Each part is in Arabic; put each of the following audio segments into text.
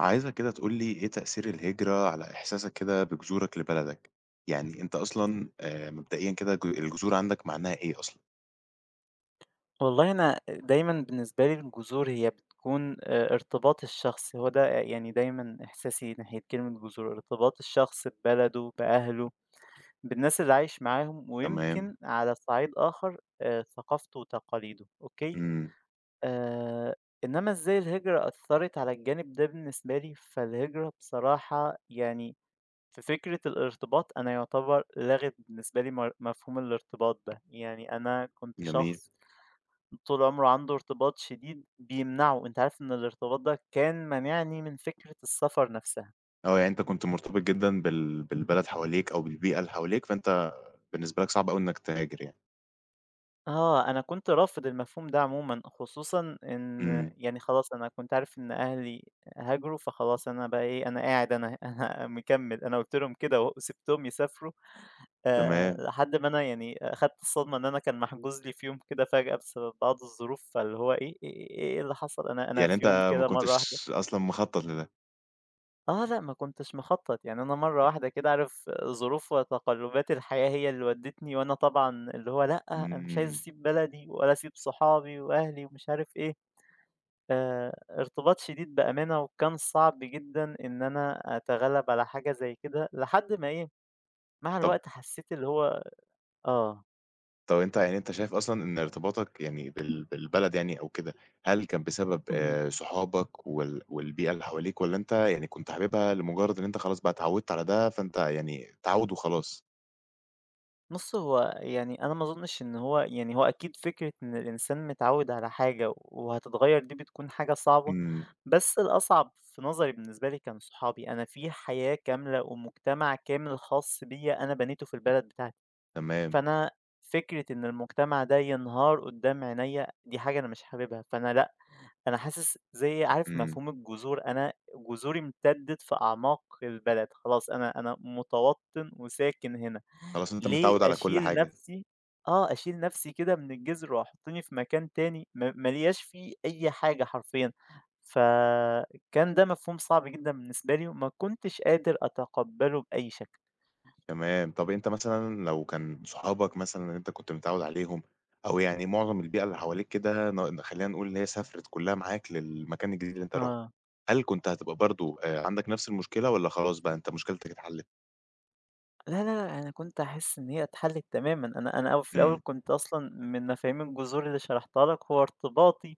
عايزك كده تقول لي إيه تأثير الهجرة على إحساسك كده بجذورك لبلدك؟ يعني أنت أصلًا مبدئيًا كده الجذور عندك معناها إيه أصلًا؟ والله أنا دايمًا بالنسبة لي الجذور هي بتكون ارتباط الشخص، هو ده يعني دايمًا إحساسي ناحية كلمة جذور، ارتباط الشخص ببلده، بأهله، بالناس اللي عايش معاهم، تمام، ويمكن على صعيد آخر ثقافته وتقاليده، أوكي؟ إمم، آآ إنما إزاي الهجرة أثّرت على الجانب ده بالنسبة لي، فالهجرة بصراحة يعني في فكرة الارتباط أنا يعتبر لغِت بالنسبة لي مفهوم الارتباط ده، يعني أنا كنت جميل. شخص طول عمره عنده ارتباط شديد بيمنعه، أنت عارف إن الارتباط ده كان مانعني من فكرة السفر نفسها. آه، يعني أنت كنت مرتبط جدًا بالبلد حواليك أو بالبيئة اللي حواليك، فأنت بالنسبة لك صعب أوي إنك تهاجر يعني. آه، أنا كنت رافض المفهوم ده عمومًا، خصوصًا إن إمم، يعني خلاص أنا كنت عارف إن أهلي هاجروا، فخلاص أنا بقى إيه، أنا قاعد أنا أنا مكمّل، أنا قُلت لهم كده أهو وسِبتهم يسافروا، تمام. لحد ما أنا يعني أخدت الصدمة إن أنا كان محجوز لي في يوم كده فجأة بسبب بعض الظروف، فاللي هو إيه اللي حصل؟ أنا يعني في يوم أنت ما كده كنتش مرّة واحدة أصلًا مخطط لده. آه لأ، ما كنتش مخطّط، يعني أنا مرّة واحدة كده عارف ظروف وتقلُّبات الحياة هي اللي ودّتني، وأنا طبعًا اللي هو لأ، أنا مش عايز إمم. أسيب بلدي ولا أسيب صحابي وأهلي ومش عارف إيه، آآ ارتباط شديد بأمانة، وكان صعب جدًا إن أنا أتغلّب على حاجة زي كده، لحد ما إيه، مع طب الوقت حسّيت اللي هو آه. طب أنت يعني أنت شايف أصلًا إن ارتباطك يعني بالبلد يعني أو كده، هل كان بسبب صحابك والبيئة اللي حواليك والّا أنت يعني كنت حاببها لمجرد إن أنت خلاص بقى اتعودت على ده، فأنت يعني تعوُّد وخلاص؟ بُص، هو يعني أنا ما أظنش إن هو يعني هو أكيد فكرة إن الإنسان متعوّد على حاجة وهتتغيّر دي بتكون حاجة صعبة، إمم، بس الأصعب في نظري بالنسبة لي كان صحابي، أنا في حياة كاملة ومجتمع كامل خاص بيّا أنا بنيته في البلد بتاعتي، تمام، فأنا فكرة إن المجتمع ده ينهار قدّام عينيّا دي حاجة أنا مش حاببها، فأنا لأ، أنا حاسس زي عارف إمم، مفهوم الجذور، أنا جذوري امتدت في أعماق البلد، خلاص أنا متوطن وساكن هنا. خلاص أنت ليه متعوّد على كل أشيل حاجة، نفسي آه، أشيل نفسي كده من الجذر وأحطني في مكان تاني ما لياش فيه أي حاجة حرفيًا، فكان ده مفهوم صعب جدًا بالنسبة لي وما كنتش قادر أتقبله بأي شكل. تمام. طب أنت مثلًا لو كان صحابك مثلًا اللي أنت كنت متعوّد عليهم أو يعني معظم البيئة اللي حواليك كده خلّينا نقول اللي هي سافرت كلّها معاك للمكان الجديد اللي أنت رُحته، آه، هل كنت هتبقى برضه عندك نفس المشكلة والّا خلاص بقى أنت مشكلتك اتحلّت؟ لا، لا، لا، أنا كنت حاسس إن هي اتحلت تمامًا، أنا أو في الأول إمم، كنت أصلًا من مفاهيم الجذور اللي شرحتها لك هو ارتباطي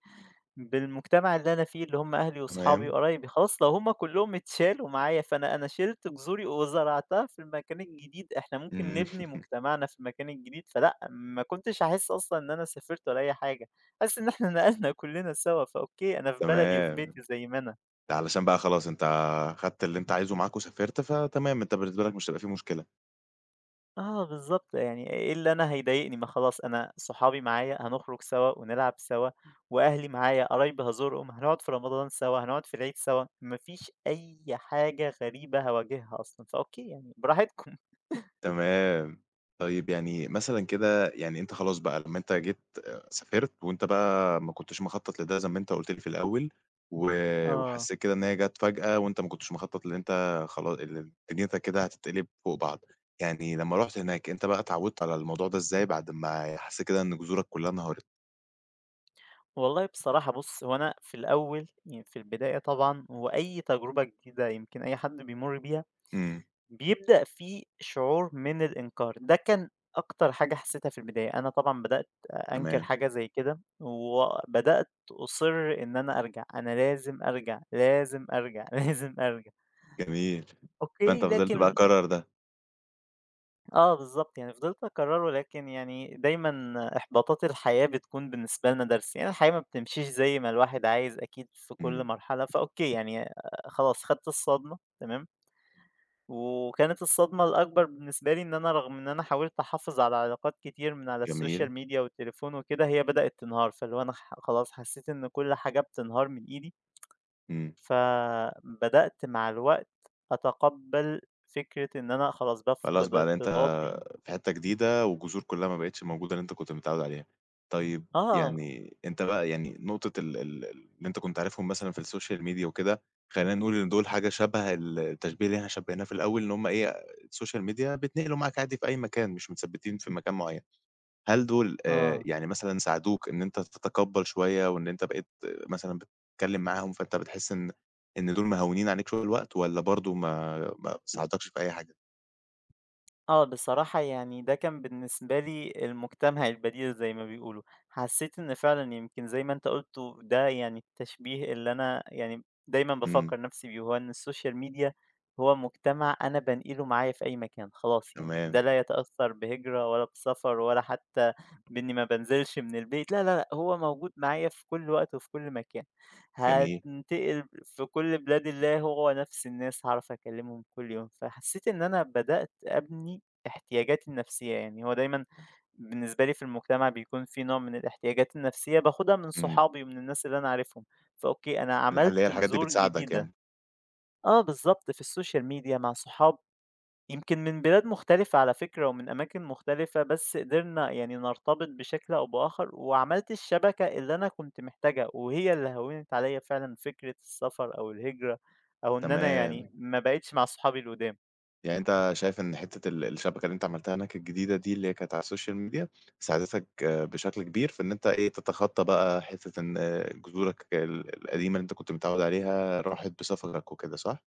بالمجتمع اللي أنا فيه، اللي هم أهلي وصحابي تمام، وقرايبي، خلاص لو هم كلّهم اتشالوا معايا، فأنا أنا شِلت جذوري وزرعتها في المكان الجديد، إحنا ممكن إمم، نبني مجتمعنا في المكان الجديد، فلأ، ما كنتش هاحس أصلًا إن أنا سافرت ولا أي حاجة، حاسس إن إحنا نقلنا كلّنا سوا، فأوكي أنا في بلدي وفي تمام، بيتي زي ما أنا. ده علشان بقى خلاص أنت خدت اللي أنت عايزه معاك وسافرت، فتمام، أنت بالنسبة لك مش هيبقى في مشكلة، آه بالضبط، يعني إيه اللي أنا هيضايقني؟ ما خلاص أنا صحابي معايا هنخرج سوا ونلعب سوا، وأهلي معايا قرايبي هازورهم، هنقعد في رمضان سوا، هنقعد في العيد سوا، ما فيش أي حاجة غريبة هاواجهها أصلًا، فأوكي يعني براحتكم. تمام. طيب يعني مثلًا كده يعني أنت خلاص بقى لمّا أنت جيت آه، سافرت وأنت بقى ما كنتش مخطط لده زي ما أنت قُلت لي في الأول، و آه، وحسيت كده إن هي جات فجأة وأنت ما كنتش مخطط لإن أنت خلا ال دنيتك كده هتتقلب فوق بعض، يعني لمّا رُحت هناك أنت بقى اتعودت على الموضوع ده إزاي بعد ما حسيت كده إن جذورك كلها انهارت؟ والله بصراحة بُص، هو أنا في الأول يعني في البداية طبعًا هو أي تجربة جديدة يمكن أي حد بيمُر بيها إمم، بيبدأ في شعور من الإنكار، ده كان أكتر حاجة حسيتها في البداية، أنا طبعًا بدأت أنكر تمام، حاجة زي كده، وبدأت أُصِرّ إن أنا أرجع، أنا لازم أرجع، لازم أرجع، لازم أرجع، جميل. أوكي، فأنت فضلت بقى لكن قرّر ده. آه بالضبط، يعني فضلت أكرّره لكن يعني دايمًا إحباطات الحياة بتكون بالنسبة لنا درس، يعني الحياة ما بتمشيش زي ما الواحد عايز أكيد في كل إمم، مرحلة، فأوكي يعني آه، خلاص خدت الصدمة، تمام؟ وكانت الصدمة الأكبر بالنسبة لي إن أنا رغم إن أنا حاولت أحافظ على علاقات كتير من على جميل، السوشيال ميديا والتليفون وكده، هي بدأت تنهار، فاللي هو أنا خلاص حسيت إن كل حاجة بتنهار من إيدي، إمم. فبدأت مع الوقت أتقبّل فكرة إن أنا خلاص خلاص بافقد بقى ده أنت ارتباطي في حتّة جديدة والجذور كلّها ما بقتش موجودة اللي أنت كنت متعوّد عليها. طيب آه، يعني أنت بقى يعني نقطة ال ال اللي أنت كنت عارفهم مثلًا في السوشيال ميديا وكده، خلّينا نقول إن دول حاجة شبه التشبيه اللي إحنا شبّهناه في الأول إن هم إيه، السوشيال ميديا بتنقلوا معاك عادي في أي مكان، مش متثبّتين في مكان معيّن. هل دول آه. يعني مثلًا ساعدوك إن أنت تتقبّل شوية وإن أنت بقيت مثلًا بتتكلّم معاهم، فأنت بتحس إن دول مهوّنين عليك شوية الوقت والّا برضه ما ساعدكش في أي حاجة؟ آه، بصراحة يعني ده كان بالنسبة لي المجتمع البديل زي ما بيقولوا، حسيت إن فعلًا يمكن زي ما أنت قُلت وده يعني التشبيه اللي أنا يعني دايمًا إمم، بافكّر نفسي بيه، هو إن السوشيال ميديا هو مجتمع أنا بانقله معايا في أي مكان خلاص يعني، ده تمام، لا يتأثّر بهجرة ولا بسفر ولا حتى بإني ما بانزلش من البيت، لا، لا، لأ، هو موجود معايا في كل وقت وفي كل مكان، جميل، هانتقل في كل بلاد الله هو نفس الناس هاعرف أكلّمهم كل يوم، فحسيت إن أنا بدأت أبني احتياجاتي النفسية، يعني هو دايمًا بالنسبة لي في المجتمع بيكون في نوع من الاحتياجات النفسية باخدها من إمم. صحابي ومن الناس اللي أنا عارفهم، فأوكي أنا اللي هي عملت الحاجات دي جذور بتساعدك جديدة. يعني. آه بالضبط، في السوشيال ميديا مع صحاب يمكن من بلاد مختلفة على فكرة ومن أماكن مختلفة، بس قدرنا يعني نرتبط بشكل أو بآخر، وعملت الشبكة اللي أنا كنت محتاجها، وهي اللي هوّنت عليَّ فعلًا فكرة السفر أو الهجرة أو إن أنا يعني تمام. ما بقيتش مع صحابي القدام. يعني أنت شايف إن حتّة الشبكة اللي أنت عملتها هناك الجديدة دي اللي هي كانت على الSocial media ساعدتك آه، بشكل كبير في إن أنت إيه، تتخطّى بقى حتّة إن آه، جذورك القديمة اللي أنت كنت متعوّد عليها راحت بسفرك وكده صح؟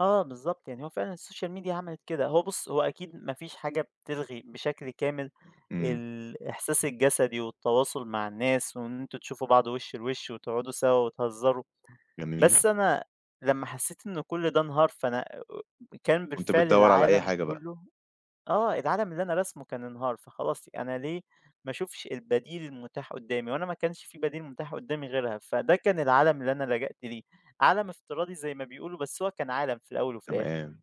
آه بالضبط، يعني هو فعلًا السوشيال ميديا عملت كده، هو بُص هو أكيد ما فيش حاجة بتلغي بشكل كامل إمم، الإحساس الجسدي والتواصل مع الناس، وإن أنتم تشوفوا بعض وِش لوِش وتقعدوا سوا وتهزروا، جميل. بس أنا لمّا حسيت إن كل ده انهار فأنا كان كنت بالفعل بتدوّر على أي العالم حاجة بقى، كله آه، العالم اللي أنا راسمه كان انهار، فخلاص أنا ليه ما أشوفش البديل المتاح قدامي، وأنا ما كانش في بديل متاح قدامي غيرها، فده كان العالم اللي أنا لجأت ليه، عالم افتراضي زي ما بيقولوا، بس هو كان عالم في الأول وفي الآخر. تمام.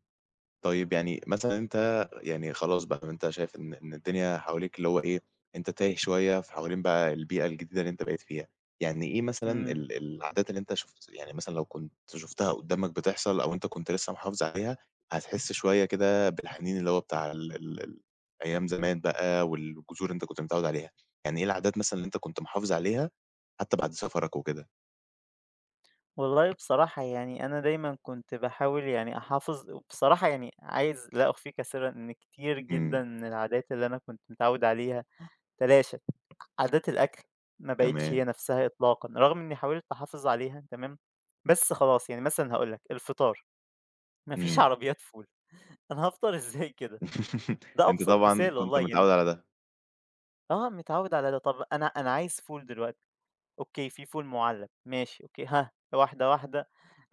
طيب يعني مثلًا أنت يعني خلاص بقى أنت شايف إن الدنيا حواليك اللي هو إيه، أنت تايه شوية في حوالين بقى البيئة الجديدة اللي أنت بقيت فيها، يعني إيه مثلًا إمم. العادات اللي أنت شُفت يعني مثلًا لو كنت شُفتها قدّامك بتحصل أو أنت كنت لسه محافظ عليها، هتحس شوية كده بالحنين اللي هو بتاع ال ال ال أيام زمان بقى والجذور اللي أنت كنت متعوّد عليها، يعني إيه العادات مثلًا اللي أنت كنت محافظ عليها حتى بعد سفرك وكده؟ والله بصراحة يعني أنا دايمًا كنت باحاول يعني أحافظ وبصراحة يعني عايز لا أخفيك سرًا إن كتير جدًا إمم، من العادات اللي أنا كنت متعوِّد عليها تلاشت. عادات الأكل ما بقِتش تمام، هي نفسها إطلاقًا، رغم إني حاولت أحافظ عليها تمام، بس خلاص. يعني مثلًا هاقول لك الفطار، ما فيش إمم. عربيات فول، أنا هافطر إزاي كده؟ ده أنت أبسط طبعًا مثال كنت والله متعوّد يعني على ده، آه، متعوِّد على ده. طَب أنا أنا عايز فول دلوقتي. أوكي، في فول مُعلّب، ماشي، أوكي، واحدة، واحدة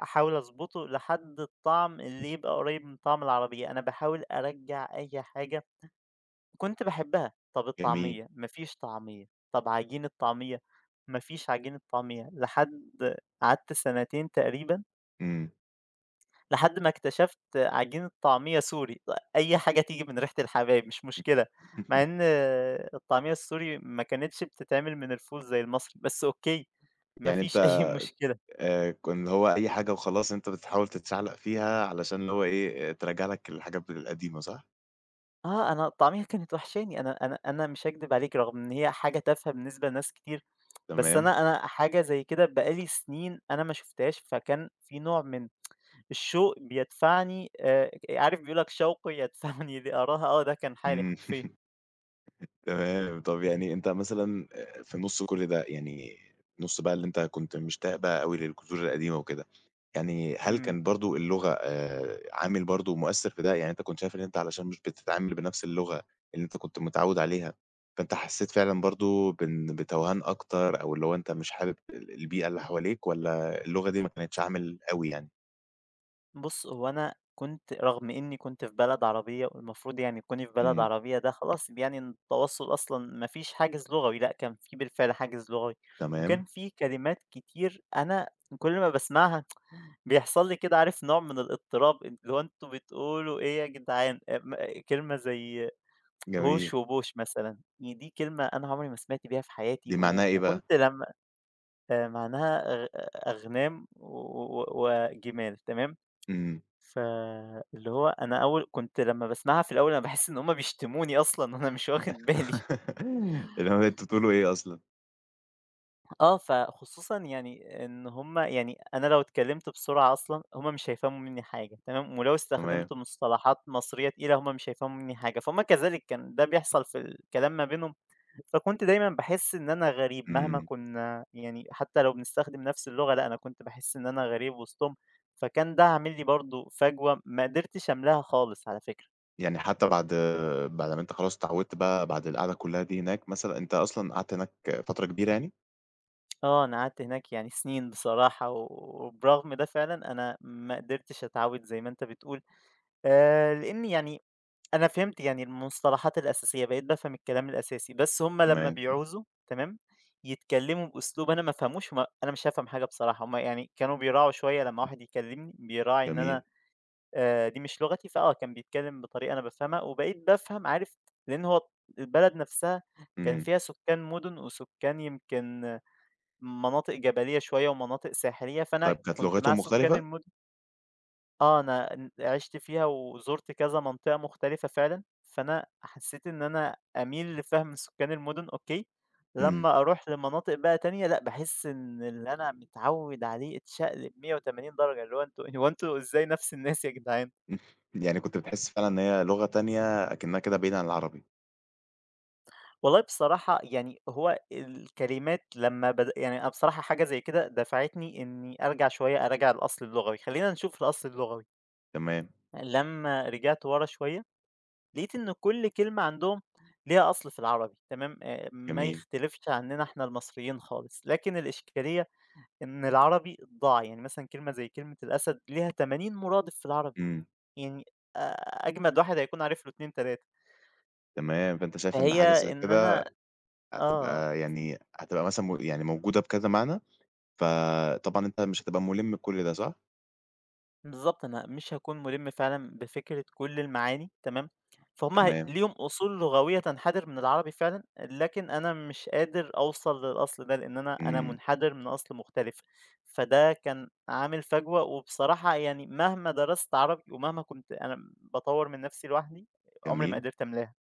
أحاول أضبطه لحد الطعم اللي يبقى قريب من طعم العربية، أنا باحاول أرجّع أي حاجة كنت باحبها، طَب جميل، الطعمية، ما فيش طعمية، طَب عجينة طعمية، ما فيش عجينة طعمية، لحد قعدت سنتين تقريبًا، إمم. لحد ما اكتشفت عجينة طعمية سوري، أي حاجة تيجي من ريحة الحبايب مش مشكلة، مع إن الطعمية السوري ما كانتش بتتعمل من الفول زي المصري، بس أوكي، ما يعني فيش أي أنت مشكلة. اللي هو أي حاجة وخلاص أنت بتحاول تتشعلق فيها علشان اللي هو إيه، آه، تراجع لك الحاجات القديمة صح؟ آه، أنا طعميها كانت وحشاني، أنا مش هاكدب عليكِ رغم إن هي حاجة تافهة بالنسبة لناس كتير، بس تمام، أنا حاجة زي كده بقى لي سنين أنا ما شُفتهاش، فكان في نوع من الشوق بيدفعني عارف بيقول لك شوقي يدفعني لأراها، آه، ده كان حالي إمم، حرفيًا. تمام. طب يعني أنت مثلًا في نُص كل ده، يعني نُص بقى اللي أنت كنت مشتاق بقى أوي للجذور القديمة وكده. يعني هل إمم، كان برضه اللغة عامل برضه مؤثّر في ده؟ يعني أنت كنت شايف إن أنت علشان مش بتتعامل بنفس اللغة اللي أنت كنت متعوّد عليها، فأنت حسّيت فعلًا برضه بإن بتوهان أكتر أو اللي هو أنت مش حابب البيئة اللي حواليك والّا اللغة دي ما كانتش عامل أوي يعني؟ بُص، هو أنا كنت رغم إني كنت في بلد عربية والمفروض يعني تكوني في بلد إمم، عربية ده خلاص يعني التواصل أصلًا ما فيش حاجز لغوي، لأ، كان في بالفعل حاجز لغوي، تمام، وكان في كلمات كتير أنا كل ما باسمعها بيحصل لي كده عارف نوع من الاضطراب، أن اللي هو أنتم بتقولوا إيه يا جدعان؟ م آه، كلمة زي جميل. هوش وبوش مثلًا، يعني دي كلمة أنا عمري ما سمعت بيها في حياتي، دي معناها و إيه بقى؟ وكنت لمّا معناها أغنام و و- وجِمال تمام، إمم. فاللي هو أنا أول كنت لمّا باسمعها في الأول أنا باحس إن هُم بيشتموني أصلًا وأنا مش واخد بالي. اللي هو أنتم بتقولوا إيه أصلًا؟ آه، فخصوصًا يعني إن هُم يعني أنا لو اتكلمت بسرعة أصلًا هُم مش هيفهموا منّي حاجة، تمام، ولو تمام، استخدمت مصطلحات مصرية تقيلة هُم مش هيفهموا منّي حاجة، فهُم كذلك كان ده بيحصل في الكلام ما بينهم، فكنت دايمًا باحس إن أنا غريب مهما إمم. كنا يعني حتى لو بنستخدم نفس اللغة، لأ، أنا كنت باحس إن أنا غريب وسطهم، فكان ده عامل لي برضه فجوة ما قدرتش أملاها خالص على فكرة. يعني حتى بعد ما أنت خلاص اتعوّدت بقى بعد القعدة كُلّها دي هناك مثلًا، أنت أصلًا قعدت هناك فترة كبيرة يعني؟ آه، أنا قعدت هناك يعني سنين بصراحة، وبرغم ده فعلًا أنا ما قدرتش أتعود زي ما أنت بتقول. لإن يعني أنا فهمت يعني المصطلحات الأساسية، بقيت بافهم الكلام الأساسي، بس هُم لمّا تمام. بيعوزوا تمام، يتكلموا بأسلوب أنا ما أفهموش ما أنا مش هافهم حاجة بصراحة، هُم يعني كانوا بيراعوا شوية لمّا واحد يكلمني، بيراعي إن أنا جميل، دي مش لغتي، فآه كان بيتكلم بطريقة أنا بافهمها، وبقيت بافهم عارف لإن هو البلد نفسها كان إمم، فيها سكان مدن، وسكان يمكن مناطق جبلية شوية، ومناطق ساحلية، فأنا طيب كانت كنت مع لغتهم سكان مختلفة؟ المدن. آه، أنا عِشت فيها وزُرت كذا منطقة مختلفة فعلًا، فأنا حسّيت إن أنا أميل لفهم سكان المُدن أوكي، إمم، لمّا أروح لمناطق بقى تانية لأ، باحس إن اللي أنا متعوّد عليه اتشقلب 180 درجة، اللي هو أنتم هو أنتم إزاي نفس الناس يا جدعان؟ يعني كنت بتحس فعلًا إن هي لغة تانية أكنها كده بعيدة عن العربي، والله بصراحة يعني هو الكلمات لمّا يعني أنا بصراحة حاجة زي كده دفعتني إني أرجع شوية أراجع الأصل اللغوي، خلّينا نشوف الأصل اللغوي، تمام، لمّا رجعت ورا شوية لقيت إن كل كلمة عندهم ليها أصل في العربي تمام، ما جميل، يختلفش عننا إحنا المصريين خالص، لكن الإشكالية إن العربي ضاع، يعني مثلًا كلمة زي كلمة الأسد ليها 80 مرادف في العربي، إمم، يعني أ أجمد واحد هيكون عارف له 2، 3 تمام، فأنت شايف إن حاجة زي فهي إن كده أنا آه. هتبقى مثلًا يعني موجودة بكذا معنى، فطبعًا أنت مش هتبقى مُلِم بكل ده، صح؟ بالضبط، أنا مش هاكون مُلِم فعلًا بفكرة كل المعاني تمام، فهُم تمام، ليهم أصول لغوية تنحدر من العربي فعلًا، لكن أنا مش قادر أوصل للأصل ده، لإن أنا إمم، مُنحدر من أصل مختلف، فده كان عامل فجوة، وبصراحة يعني مهما درست عربي ومهما كنت أنا باطوّر من نفسي لوحدي، عمري ما جميل. قدرت أملاها.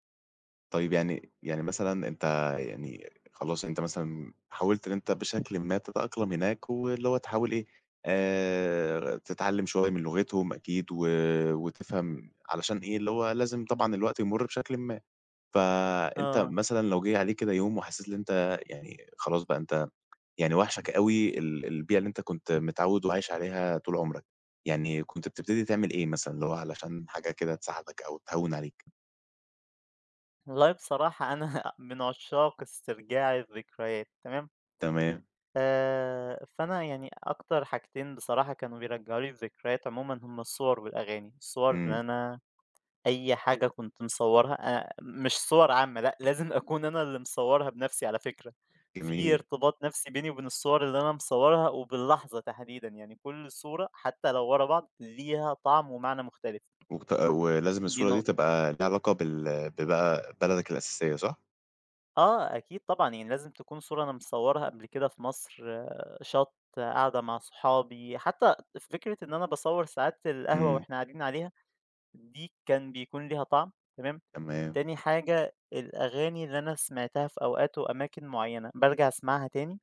طيب يعني مثلًا أنت يعني خلاص أنت مثلًا حاولت إن أنت بشكلٍ ما تتأقلم هناك، واللي هو تحاول إيه، تتعلم شوية من لغتهم أكيد و وتفهم علشان إيه، اللي هو لازم طبعًا الوقت يمُر بشكلٍ ما. فأنت آه. مثلًا لو جه عليك كده يوم وحسيت إن أنت يعني خلاص بقى أنت يعني واحشك أوي البيئة اللي أنت كنت متعود وعايش عليها طول عمرك، يعني كنت بتبتدي تعمل إيه مثلًا، اللي هو علشان حاجة كده تساعدك أو تهوِّن عليك؟ والله بصراحة أنا من عشاق استرجاع الذكريات تمام، تمام، فأنا يعني أكتر حاجتين بصراحة كانوا بيرجعوا لي الذكريات عمومًا هم الصور والأغاني، الصور إن إمم، أنا أي حاجة كنت مصورها مش صور عامة لأ، لازم أكون أنا اللي مصورها بنفسي على فكرة، في جميل. ارتباط نفسي بيني وبين الصور اللي أنا مصورها وباللحظة تحديدًا، يعني كل صورة حتى لو ورا بعض ليها طعم ومعنى مختلف، ولازم دي الصورة دي نقطة. تبقى ليها علاقة ببقى بلدك الأساسية صح؟ آه، أكيد طبعًا، يعني لازم تكون صورة أنا مصوّرها قبل كده في مصر، آه، شَط، آه، قاعدة مع صحابي، حتى فكرة إن أنا باصوّر ساعات القهوة إمم، وإحنا قاعدين عليها، دي كان بيكون ليها طعم، تمام، تمام، تاني حاجة الأغاني اللي أنا سمعتها في أوقات وأماكن معيّنة، بارجع أسمعها تاني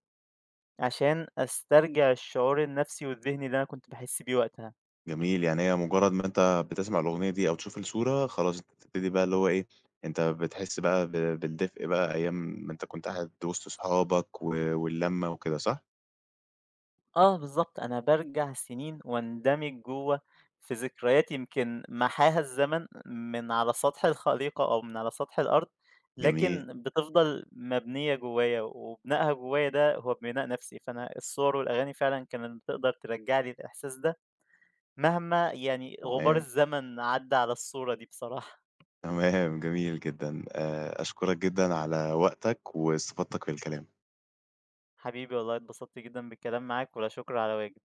عشان أسترجع الشعور النفسي والذهني اللي أنا كنت باحس بيه وقتها. جميل، يعني هي مجرد ما أنت بتسمع الأغنية دي أو تشوف الصورة خلاص أنت بتبتدي بقى اللي هو إيه، أنت بتحس بقى بالدفء بقى أيام ما أنت كنت قاعد وسط صحابك واللمة وكده صح؟ آه بالضبط، أنا بارجع سنين واندمج جوّه في ذكريات يمكن محاها الزمن من على سطح الخليقة أو من على سطح الأرض، جميل، لكن بتفضل مبنية جوّايا، وبنائها جوّايا ده هو بناء نفسي، فأنا الصور والأغاني فعلًا كانت بتقدر ترجّع لي الإحساس ده مهما يعني غبار تمام، الزمن عدّى على الصورة دي بصراحة. تمام، جميل جدًا، أشكرك جدًا على وقتك واستفدتك في الكلام. حبيبي والله اتبسطت جدًا بالكلام معاك، ولا شكر على واجب.